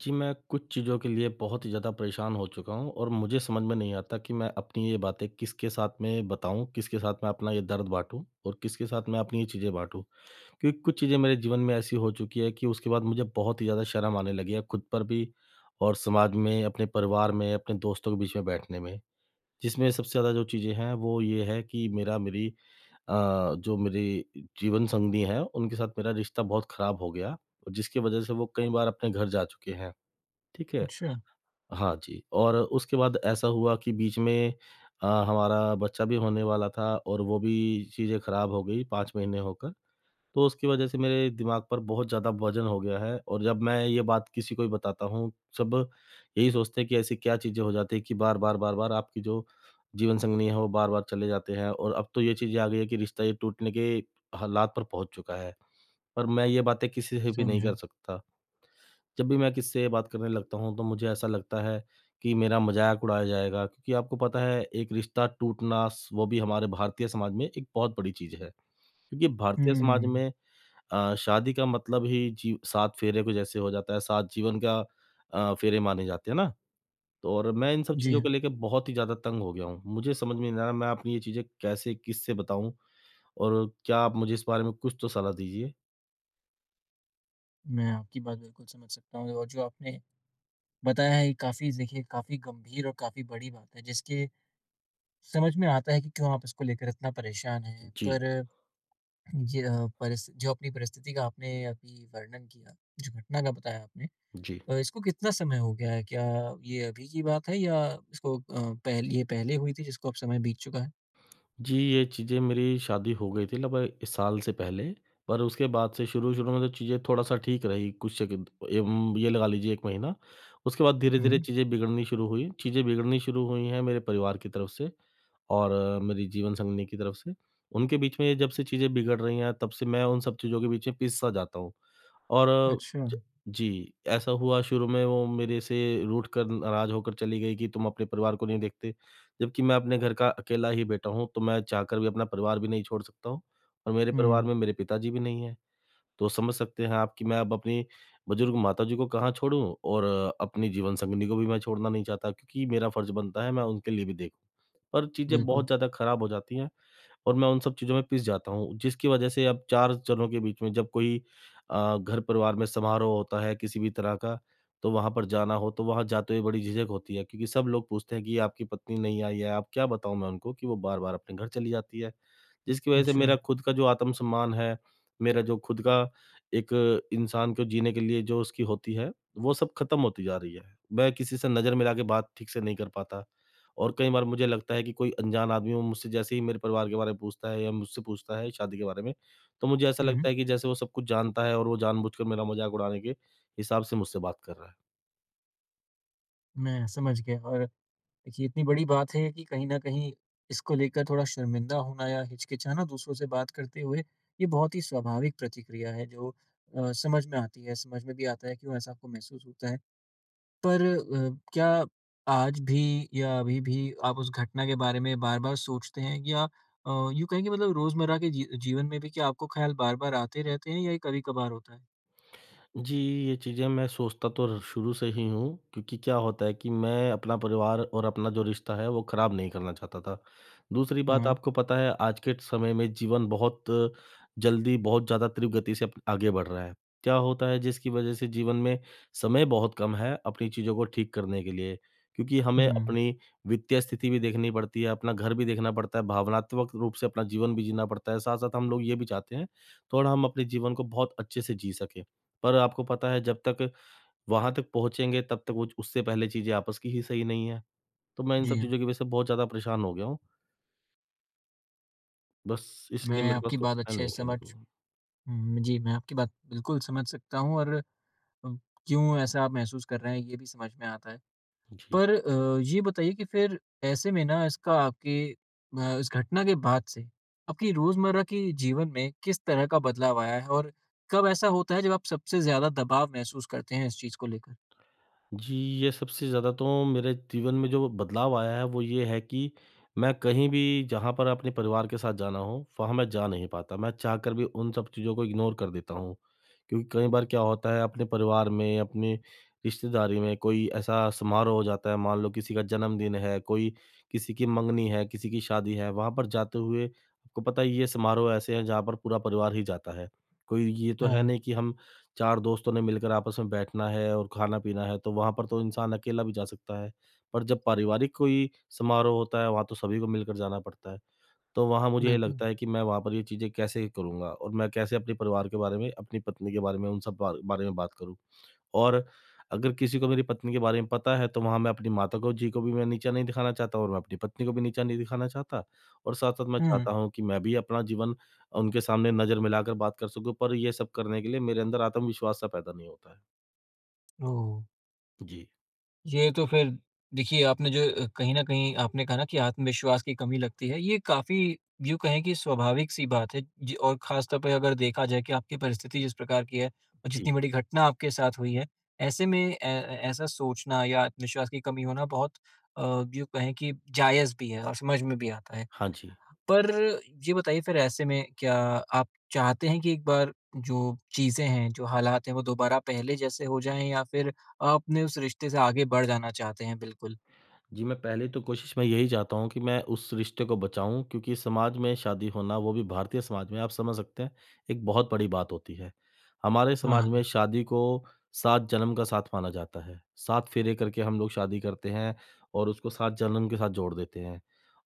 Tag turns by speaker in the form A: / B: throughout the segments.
A: जी, मैं कुछ चीज़ों के लिए बहुत ही ज़्यादा परेशान हो चुका हूँ और मुझे समझ में नहीं आता कि मैं अपनी ये बातें किसके साथ में बताऊँ, किसके साथ मैं अपना ये दर्द बाँटूँ और किसके साथ मैं अपनी ये चीज़ें बाँटूँ। क्योंकि कुछ चीज़ें मेरे जीवन में ऐसी हो चुकी है कि उसके बाद मुझे बहुत ही ज़्यादा शर्म आने लगी है खुद पर भी और समाज में, अपने परिवार में, अपने दोस्तों के बीच में बैठने में। जिसमें सबसे ज़्यादा जो चीज़ें हैं वो ये है कि अ, जो मेरी जीवन संगिनी है, उनके साथ मेरा रिश्ता बहुत खराब हो गया और जिसकी वज़ह से वो कई बार अपने घर जा चुके हैं। ठीक है?
B: अच्छा,
A: हाँ जी, और उसके बाद ऐसा हुआ कि बीच में हमारा बच्चा भी होने वाला था और वो भी चीज़ें खराब हो गई 5 महीने होकर। तो उसकी वजह से मेरे दिमाग पर बहुत ज़्यादा वज़न हो गया है और जब मैं ये बात किसी को भी बताता हूँ, सब यही सोचते हैं कि ऐसी क्या चीज़ें हो जाती हैं कि बार-बार, बार-बार आपकी जो जीवन संगिनी है, वो बार-बार चले जाते हैं और अब तो ये चीज़ें आ गई है कि रिश्ता ये टूटने के हालात पर पहुँच चुका है। पर मैं ये बातें किसी से भी नहीं कर
B: समझा।
A: सकता। जब भी मैं किससे बात करने लगता हूँ तो मुझे ऐसा लगता है कि मेरा मज़ाक उड़ाया जाएगा क्योंकि आपको पता है एक रिश्ता टूटना स वो भी हमारे भारतीय समाज में एक बहुत बड़ी चीज़ है। क्योंकि भारतीय समाज
B: हुँ,
A: में शादी का मतलब ही जी 7 फेरे को जैसे हो जाता है, 7 जीवन का फेरे माने जाते हैं ना? तो और मैं इन सब
B: जी
A: चीज़ों
B: हाँ,
A: को लेके बहुत ही ज़्यादा तंग हो गया हूँ। मुझे समझ में नहीं आ रहा मैं अपनी ये चीज़ें कैसे किससे बताऊँ और क्या आप मुझे इस बारे में कुछ तो सलाह दीजिए?
B: मैं आपकी बात बिल्कुल समझ सकता हूँ और जो आपने बताया है ये काफ़ी देखिए काफ़ी गंभीर और काफ़ी बड़ी बात है जिसके समझ में आता है कि क्यों आप इसको लेकर इतना परेशान हैं।
A: जी,
B: पर ये अ, परिस जो अपनी परिस्थिति का आपने अभी वर्णन किया, जो घटना का बताया आपने
A: जी।
B: इसको कितना समय हो गया है? क्या ये अभी की बात है या इसको पहले हुई थी जिसको अब समय बीत चुका है?
A: जी, ये चीज़ें मेरी शादी हो गई थी लगभग 1 साल से पहले, पर उसके बाद से शुरू-शुरू में तो चीज़ें थोड़ा-सा ठीक रही, कुछ सेकंड एम ये लगा लीजिए 1 महीना। उसके बाद धीरे-धीरे
B: हुँ,
A: चीज़ें बिगड़नी शुरू हुई हैं मेरे परिवार की तरफ से और मेरी जीवन संगिनी की तरफ से। उनके बीच में ये जब से चीज़ें बिगड़ रही हैं, तब से मैं उन सब चीज़ों के बीच में पिसता जाता हूँ। और
B: अच्छा।
A: ज जी, ऐसा हुआ शुरू में वो मेरे से रूठ कर नाराज़ होकर चली गई कि तुम अपने परिवार को नहीं देखते, जबकि मैं अपने घर का अकेला ही बेटा हूँ, तो मैं चाहकर भी अपना परिवार भी नहीं छोड़ सकता हूँ और मेरे परिवार
B: हुँ,
A: में मेरे पिताजी भी नहीं हैं। तो समझ सकते हैं आप कि मैं अब अपनी बुजुर्ग माताजी को कहाँ छोड़ूँ और अपनी जीवन संगिनी को भी मैं छोड़ना नहीं चाहता क्योंकि मेरा फर्ज़ बनता है मैं उनके लिए भी देखूँ। पर चीज़ें बहुत
B: बिल्कुल।
A: ज़्यादा खराब हो जाती हैं। और मैं उन सब चीज़ों में पिस जाता हूँ, जिसकी वजह से अब 4 जनों के बीच में जब कोई घर-परिवार में समारोह होता है किसी भी तरह का, तो वहाँ पर जाना हो, तो वहाँ जाते हुए बड़ी झिझक होती है क्योंकि सब लोग पूछते हैं कि, ये "आपकी पत्नी नहीं आई है।" अब क्या बताऊँ मैं उनको कि वो बार-बार अपने घर चली जाती है। जिसकी वजह से
B: अच्छा।
A: मेरा खुद का जो आत्मसम्मान है, मेरा जो खुद का एक इंसान को जीने के लिए जो उसकी होती है, वो सब खत्म होती जा रही है। मैं किसी से नज़र मिला के बात ठीक से नहीं कर पाता और कई बार मुझे लगता है कि कोई अनजान आदमी वो मुझसे जैसे ही मेरे परिवार के बारे में पूछता है या मुझसे पूछता है शादी के बारे में, तो मुझे ऐसा
B: हुँ,
A: लगता
B: हुँ,
A: है कि जैसे वो सब कुछ जानता है और वो जानबूझकर मेरा मज़ाक उड़ाने के हिसाब से मुझसे बात कर रहा है।
B: मैं समझ गया और देखिए, इतनी बड़ी बात है कि कहीं न कहीं इसको लेकर थोड़ा शर्मिंदा होना या हिचकिचाना दूसरों से बात करते हुए, ये बहुत ही स्वाभाविक प्रतिक्रिया है जो समझ में आती है, समझ में भी आता है क्यों ऐसा आपको महसूस होता है। पर क्या आज भी या अभी भी आप उस घटना के बारे में बार-बार सोचते हैं या यूँ कहें कि मतलब रोज़मर्रा के जीवन में भी क्या आपको ख़्याल बार-बार आते रहते हैं या ये कभी-कभार होता है?
A: जी, ये चीज़ें मैं सोचता तो शुरू से ही हूँ क्योंकि क्या होता है कि मैं अपना परिवार और अपना जो रिश्ता है वो ख़राब नहीं करना चाहता था। दूसरी बात
B: हाँ।
A: आपको पता है आज के समय में जीवन बहुत जल्दी, बहुत ज़्यादा तीव्र गति से आगे बढ़ रहा है। क्या होता है जिसकी वज़ह से जीवन में समय बहुत कम है अपनी चीज़ों को ठीक करने के लिए क्योंकि हमें
B: हुँ।
A: अपनी वित्तीय स्थिति भी देखनी पड़ती है, अपना घर भी देखना पड़ता है, भावनात्मक रूप से अपना जीवन भी जीना पड़ता है। साथ-साथ हम लोग ये भी चाहते हैं थोड़ा हम अपने जीवन को बहुत अच्छे से जी सकें। पर आपको पता है जब तक वहाँ तक पहुँचेंगे तब तक वो उससे पहले चीज़ें आपस की ही सही नहीं है। तो मैं इन
B: जी
A: सब
B: हाँ।
A: चीज़ों की वज़ह से बहुत ज़्यादा परेशान हो गया हूँ। बस इसलिए
B: मैं
A: मेरे पास
B: आपकी
A: कुछ
B: बात
A: है
B: अच्छे
A: नहीं
B: से
A: कहने
B: समझ
A: को।
B: हुँ, जी, मैं आपकी बात बिल्कुल समझ सकता हूँ और अ, क्यों ऐसा आप महसूस कर रहे हैं ये भी समझ में आता है।
A: जी।
B: पर ये बताइए कि फिर ऐसे में ना इस घटना के बाद से आपकी रोज़मर्रा के जीवन में किस तरह का बदलाव आया है? और कब ऐसा होता है जब आप सबसे ज़्यादा दबाव महसूस करते हैं इस चीज़ को लेकर?
A: जी, ये सबसे ज़्यादा तो मेरे जीवन में जो बदलाव आया है वो ये है कि मैं कहीं भी जहाँ पर अपने परिवार के साथ जाना हो, वहाँ मैं जा नहीं पाता। मैं चाहकर भी उन सब चीज़ों को इग्नोर कर देता हूँ। क्योंकि कई बार क्या होता है अपने परिवार में, अपनी रिश्तेदारी में कोई ऐसा समारोह हो जाता है, मान लो किसी का जन्मदिन है, कोई किसी की मंगनी है, किसी की शादी है, वहाँ पर जाते हुए आपको पता है ये समारोह ऐसे हैं जहाँ पर पूरा परिवार ही जाता है। कोई ये तो है
B: हाँ,
A: नहीं कि हम 4 दोस्तों ने मिलकर आपस में बैठना है और खाना-पीना है, तो वहाँ पर तो इंसान अकेला भी जा सकता है। पर जब पारिवारिक कोई समारोह होता है, वहाँ तो सभी को मिलकर जाना पड़ता है। तो वहाँ मुझे ये
B: बिल्कुल।
A: लगता है कि मैं वहाँ पर ये चीज़ें कैसे करूँगा और मैं कैसे अपने परिवार के बारे में, अपनी पत्नी के बारे में, उन सब बारे में बात करूँ। और अगर किसी को मेरी पत्नी के बारे में पता है, तो वहाँ मैं अपनी माता को जी को भी मैं नीचा नहीं दिखाना चाहता और मैं अपनी पत्नी को भी नीचा नहीं दिखाना चाहता और साथ-साथ मैं
B: हुँ।
A: चाहता हूँ कि मैं भी अपना जीवन उनके सामने नज़र मिलाकर बात कर सकूँ, पर ये सब करने के लिए मेरे अंदर आत्मविश्वास सा पैदा नहीं होता है।
B: ओह!
A: जी,
B: ये तो फिर देखिए कहीं न कहीं आपने कहा ना कि आत्मविश्वास की कमी लगती है, ये काफ़ी यूँ कहें कि स्वाभाविक-सी बात है जी और ख़ास तौर पे अगर देखा जाए कि आपकी परिस्थिति जिस प्रकार की है और
A: जी।
B: जितनी बड़ी घटना आपके साथ हुई है, ऐसे में ऐ ऐसा सोचना या आत्मविश्वास की कमी होना बहुत यूँ कहें कि जायज़ भी है और समझ में भी आता है।
A: हाँ जी।
B: पर ये बताइए फिर ऐसे में क्या आप चाहते हैं कि एक बार जो चीज़ें हैं, जो हालात हैं वो दोबारा पहले जैसे हो जाएँ या फिर आप अपने उस रिश्ते से आगे बढ़ जाना चाहते हैं बिल्कुल?
A: जी, मैं पहले तो कोशिश मैं यही चाहता हूँ कि मैं उस रिश्ते को बचाऊँ क्योंकि समाज में शादी होना वो भी भारतीय समाज में आप समझ सकते हैं, एक बहुत बड़ी बात होती है। हमारे समाज
B: हाँ,
A: में शादी को 7 जन्म का साथ माना जाता है। 7 फेरे करके हम लोग शादी करते हैं और उसको 7 जन्म के साथ जोड़ देते हैं।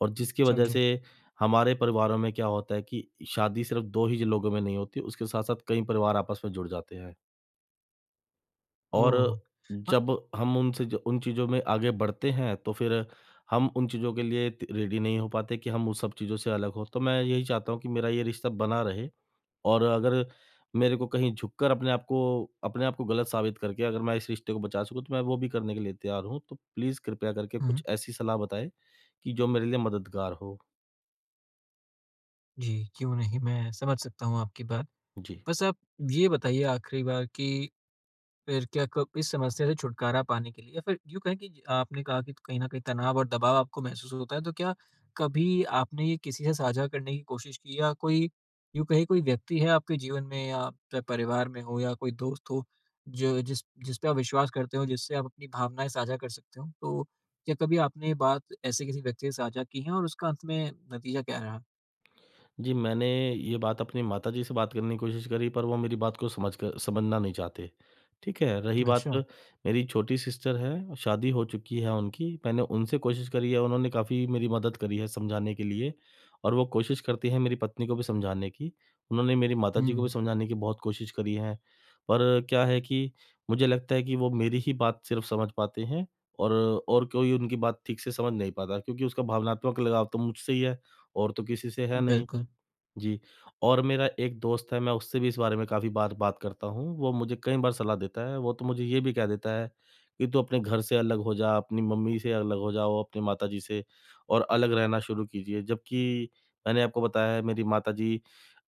A: और जिसकी वजह
B: समझा।
A: से हमारे परिवारों में क्या होता है कि शादी सिर्फ़ 2 ही ज लोगों में नहीं होती, उसके साथ-साथ कई परिवार आपस में जुड़ जाते हैं। और
B: ओह! अ,
A: जब हम उनसे ज उन चीज़ों में आगे बढ़ते हैं, तो फिर हम उन चीज़ों के लिए त रेडी नहीं हो पाते कि हम उस सब चीज़ों से अलग हों। तो मैं यही चाहता हूँ कि मेरा ये रिश्ता बना रहे और अगर मेरे को कहीं झुककर अपने आप को गलत साबित करके अगर मैं इस रिश्ते को बचा सकूँ, तो मैं वो भी करने के लिए तैयार हूँ। तो प्लीज़ कृपया करके
B: हुँ,
A: कुछ ऐसी सलाह बताएँ कि जो मेरे लिए मददगार हो।
B: जी, क्यों नहीं मैं समझ सकता हूँ आपकी बात।
A: जी।
B: बस आप ये बताइए आखिरी बार कि फिर क्या कब इस समस्या से छुटकारा पाने के लिए या फिर यूँ कहें कि आपने कहा कि कहीं न कहीं तनाव और दबाव आपको महसूस होता है, तो क्या कभी आपने ये किसी से साझा करने की कोशिश की या कोई यूँ कहें कोई व्यक्ति है आपके जीवन में या चाहे परिवार में हो या कोई दोस्त हो, जो जिस जिस पे आप विश्वास करते हो, जिससे आप अपनी भावनाएँ साझा कर सकते हो? तो क्या कभी आपने ये बात ऐसे किसी व्यक्ति से साझा की है और उसका अंत में नतीजा क्या रहा?
A: जी, मैंने ये बात अपनी माताजी से बात करने की कोशिश करी पर वो मेरी बात को समझ कर समझना नहीं चाहते। ठीक है, रही बात
B: अच्छा।
A: मेरी छोटी सिस्टर है, शादी हो चुकी है उनकी, मैंने उनसे कोशिश करी है, उन्होंने काफ़ी मेरी मदद करी है समझाने के लिए और वो कोशिश करती हैं मेरी पत्नी को भी समझाने की। उन्होंने मेरी माताजी को भी
B: हुँ।
A: समझाने की बहुत कोशिश करी है, पर क्या है कि मुझे लगता है कि वो मेरी ही बात सिर्फ़ समझ पाते हैं और कोई उनकी बात ठीक से समझ नहीं पाता क्योंकि उसका भावनात्मक लगाव तो मुझसे ही है और तो किसी से है नहीं।
B: बिल्कुल।
A: जी, और मेरा एक दोस्त है, मैं उससे भी इस बारे में काफ़ी बार बात करता हूँ, वो मुझे कई बार सलाह देता है, वो तो मुझे ये भी कह देता है कि तू अपने घर से अलग हो जा, अपनी मम्मी से अलग हो जाओ, अपनी माताजी से और अलग रहना शुरू कीजिए। जबकि मैंने आपको बताया है मेरी माताजी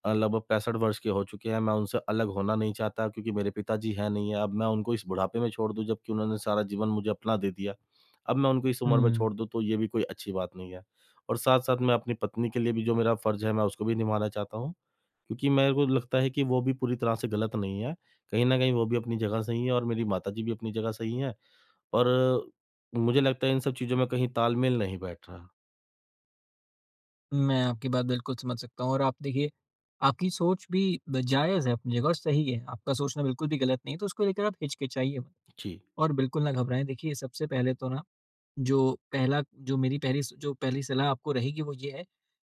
A: लगभग 65 वर्ष के हो चुके हैं, मैं उनसे अलग होना नहीं चाहता क्योंकि मेरे पिताजी हैं नहीं, है। अब मैं उनको इस बुढ़ापे में छोड़ दूँ जबकि उन्होंने सारा जीवन मुझे अपना दे दिया। अब मैं उनको इस उम्र में
B: हुँ।
A: छोड़ दूँ तो ये भी कोई अच्छी बात नहीं है। और साथ-साथ मैं अपनी पत्नी के लिए भी जो मेरा फ़र्ज़ है मैं उसको भी निभाना चाहता हूँ, क्योंकि मेरे को लगता है कि वो भी पूरी तरह से गलत नहीं है। कहीं न कहीं वो भी अपनी जगह सही है और मेरी माताजी भी अपनी जगह सही हैं और मुझे लगता है इन सब चीज़ों में कहीं तालमेल नहीं बैठ रहा।
B: मैं आपकी बात बिल्कुल समझ सकता हूँ और आप देखिए, आपकी सोच भी ब जायज़ है अपनी जगह और सही है। आपका सोचना बिल्कुल भी गलत नहीं है, तो उसको लेकर आप हिचकिचाइए मत
A: जी,
B: और बिल्कुल ना घबराएँ। देखिए, सबसे पहले तो ना जो पहला जो मेरी पहली स जो पहली सलाह आपको रहेगी वो ये है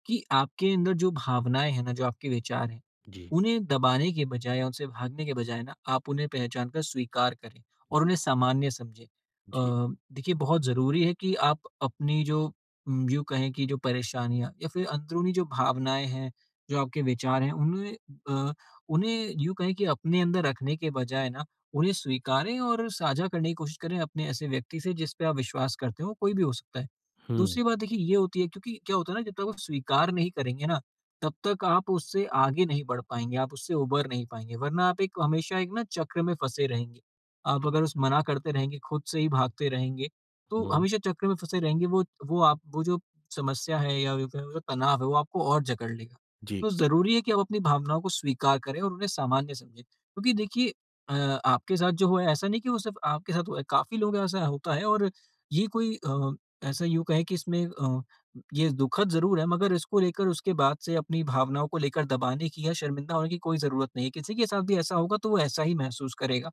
B: कि आपके अंदर जो भावनाएँ हैं ना, जो आपके विचार हैं,
A: जी,
B: उन्हें दबाने के बजाय या उनसे भागने के बजाय ना, आप उन्हें पहचान कर स्वीकार करें और उन्हें सामान्य समझें।
A: जी।
B: देखिए बहुत ज़रूरी है कि आप अपनी यूँ कहें कि जो परेशानियाँ या फिर अंदरूनी जो भावनाएँ हैं, जो आपके विचार हैं, अ, उन्हें यूँ कहें कि अपने अंदर रखने के बजाय ना, उन्हें स्वीकारें और साझा करने की कोशिश करें अपने ऐसे व्यक्ति से जिस पे आप विश्वास करते हो, कोई भी हो सकता है।
A: हुँ,
B: दूसरी बात देखिए ये होती है क्योंकि क्या होता है ना जब तक आप स्वीकार नहीं करेंगे ना तब तक आप उससे आगे नहीं बढ़ पाएँगे, आप उससे उबर नहीं पाएँगे वरना आप एक ना चक्र में फँसे रहेंगे। आप
A: ठीक।
B: अगर उस मना करते रहेंगे, खुद से ही भागते रहेंगे, तो
A: हुँ।
B: हमेशा चक्र में फँसे रहेंगे वो जो समस्या है या यूँ कहें वो जो तनाव है वो आपको और जकड़ लेगा।
A: जी,
B: तो ज़रूरी है कि आप अपनी भावनाओं को स्वीकार करें और उन्हें सामान्य समझें। क्योंकि देखिए अ, आपके साथ जो हुआ है ऐसा नहीं कि वो सिर्फ़ आपके साथ हुआ है, काफ़ी लोगों के साथ ऐसा होता है और ये कोई अ ऐसा यूँ कहें कि इसमें ये दुखद ज़रूर है मगर इसको लेकर उसके बाद से अपनी भावनाओं को लेकर दबाने की या शर्मिंदा होने की कोई ज़रूरत नहीं है। किसी के साथ भी ऐसा होगा तो वो ऐसा ही महसूस करेगा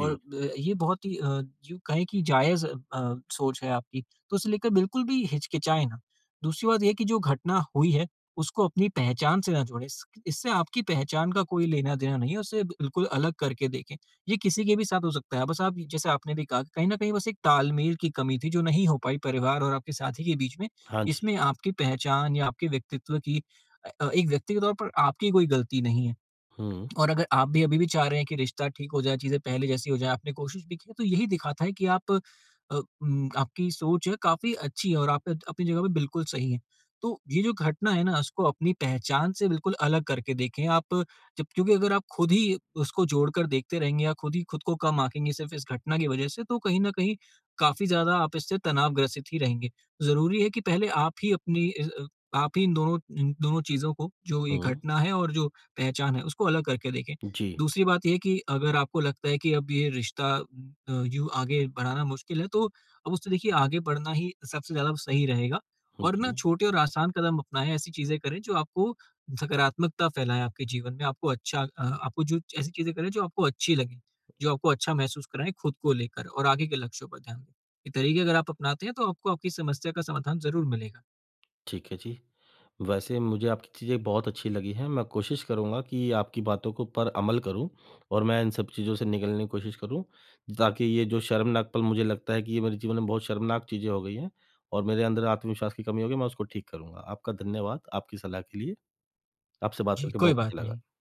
B: और ये बहुत ही यूँ कहें कि जायज़ सोच है आपकी, तो उसे लेकर बिल्कुल भी हिचकिचाएँ ना। दूसरी बात ये कि जो घटना हुई है, उसको अपनी पहचान से ना जोड़ें। इस इससे आपकी पहचान का कोई लेना-देना नहीं है, उसे बिल्कुल अलग करके देखें। ये किसी के भी साथ हो सकता है। बस आप जैसे आपने भी कहा कि कहीं न कहीं बस एक तालमेल की कमी थी जो नहीं हो पाई परिवार और आपके साथी के बीच में।
A: हाँ जी।
B: इसमें आपकी पहचान या आपके व्यक्तित्व की एक व्यक्ति के तौर पर आपकी कोई गलती नहीं है।
A: हुँ,
B: और अगर आप भी अभी भी चाह रहे हैं कि रिश्ता ठीक हो जाए, चीज़ें पहले जैसी हो जाएँ, आपने कोशिश भी की है, तो यही दिखाता है कि अ, आपकी सोच है काफ़ी अच्छी है और आप अपनी जगह पे बिल्कुल सही हैं। तो ये जो घटना है ना, उसको अपनी पहचान से बिल्कुल अलग करके देखें। आप जब क्योंकि अगर आप खुद ही उसको जोड़कर देखते रहेंगे या खुद ही खुद को कम आँकेंगे सिर्फ़ इस घटना की वजह से, तो कहीं न कहीं काफ़ी ज़्यादा आप इससे तनावग्रसित ही रहेंगे। ज़रूरी है कि पहले आप ही इन दोनों चीज़ों को, जो ये
A: हुँ।
B: घटना है और जो पहचान है, उसको अलग करके देखें।
A: जी,
B: दूसरी बात ये है कि अगर आपको लगता है कि अब ये रिश्ता यूँ आगे बढ़ाना मुश्किल है, तो अब उससे देखिए आगे बढ़ना ही सबसे ज़्यादा सही रहेगा और
A: जी।
B: ना छोटे और आसान कदम अपनाएँ, ऐसी चीज़ें करें जो आपको सकारात्मकता फैलाएँ आपके जीवन में, आपको जो ऐसी चीज़ें करें जो आपको अच्छी लगें, जो आपको अच्छा महसूस कराएँ खुद को लेकर और आगे के लक्ष्यों पर ध्यान दें। ये तरीके अगर आप अपनाते हैं, तो आपको आपकी समस्या का समाधान ज़रूर मिलेगा।
A: ठीक है जी। वैसे मुझे आपकी चीज़ें बहुत अच्छी लगी हैं, मैं कोशिश करूँगा कि आपकी बातों को पर अमल करूँ और मैं इन सब चीज़ों से निकलने की कोशिश करूँ, ताकि ये जो शर्मनाक पल मुझे लगता है कि ये मेरे जीवन में बहुत शर्मनाक चीज़ें हो गई हैं और मेरे अंदर आत्मविश्वास की कमी हो गई, मैं उसको ठीक करूँगा। आपका धन्यवाद आपकी सलाह के लिए, आपसे बात
B: जी,
A: करके
B: कोई
A: बहुत
B: बात
A: अच्छा
B: नहीं।
A: लगा।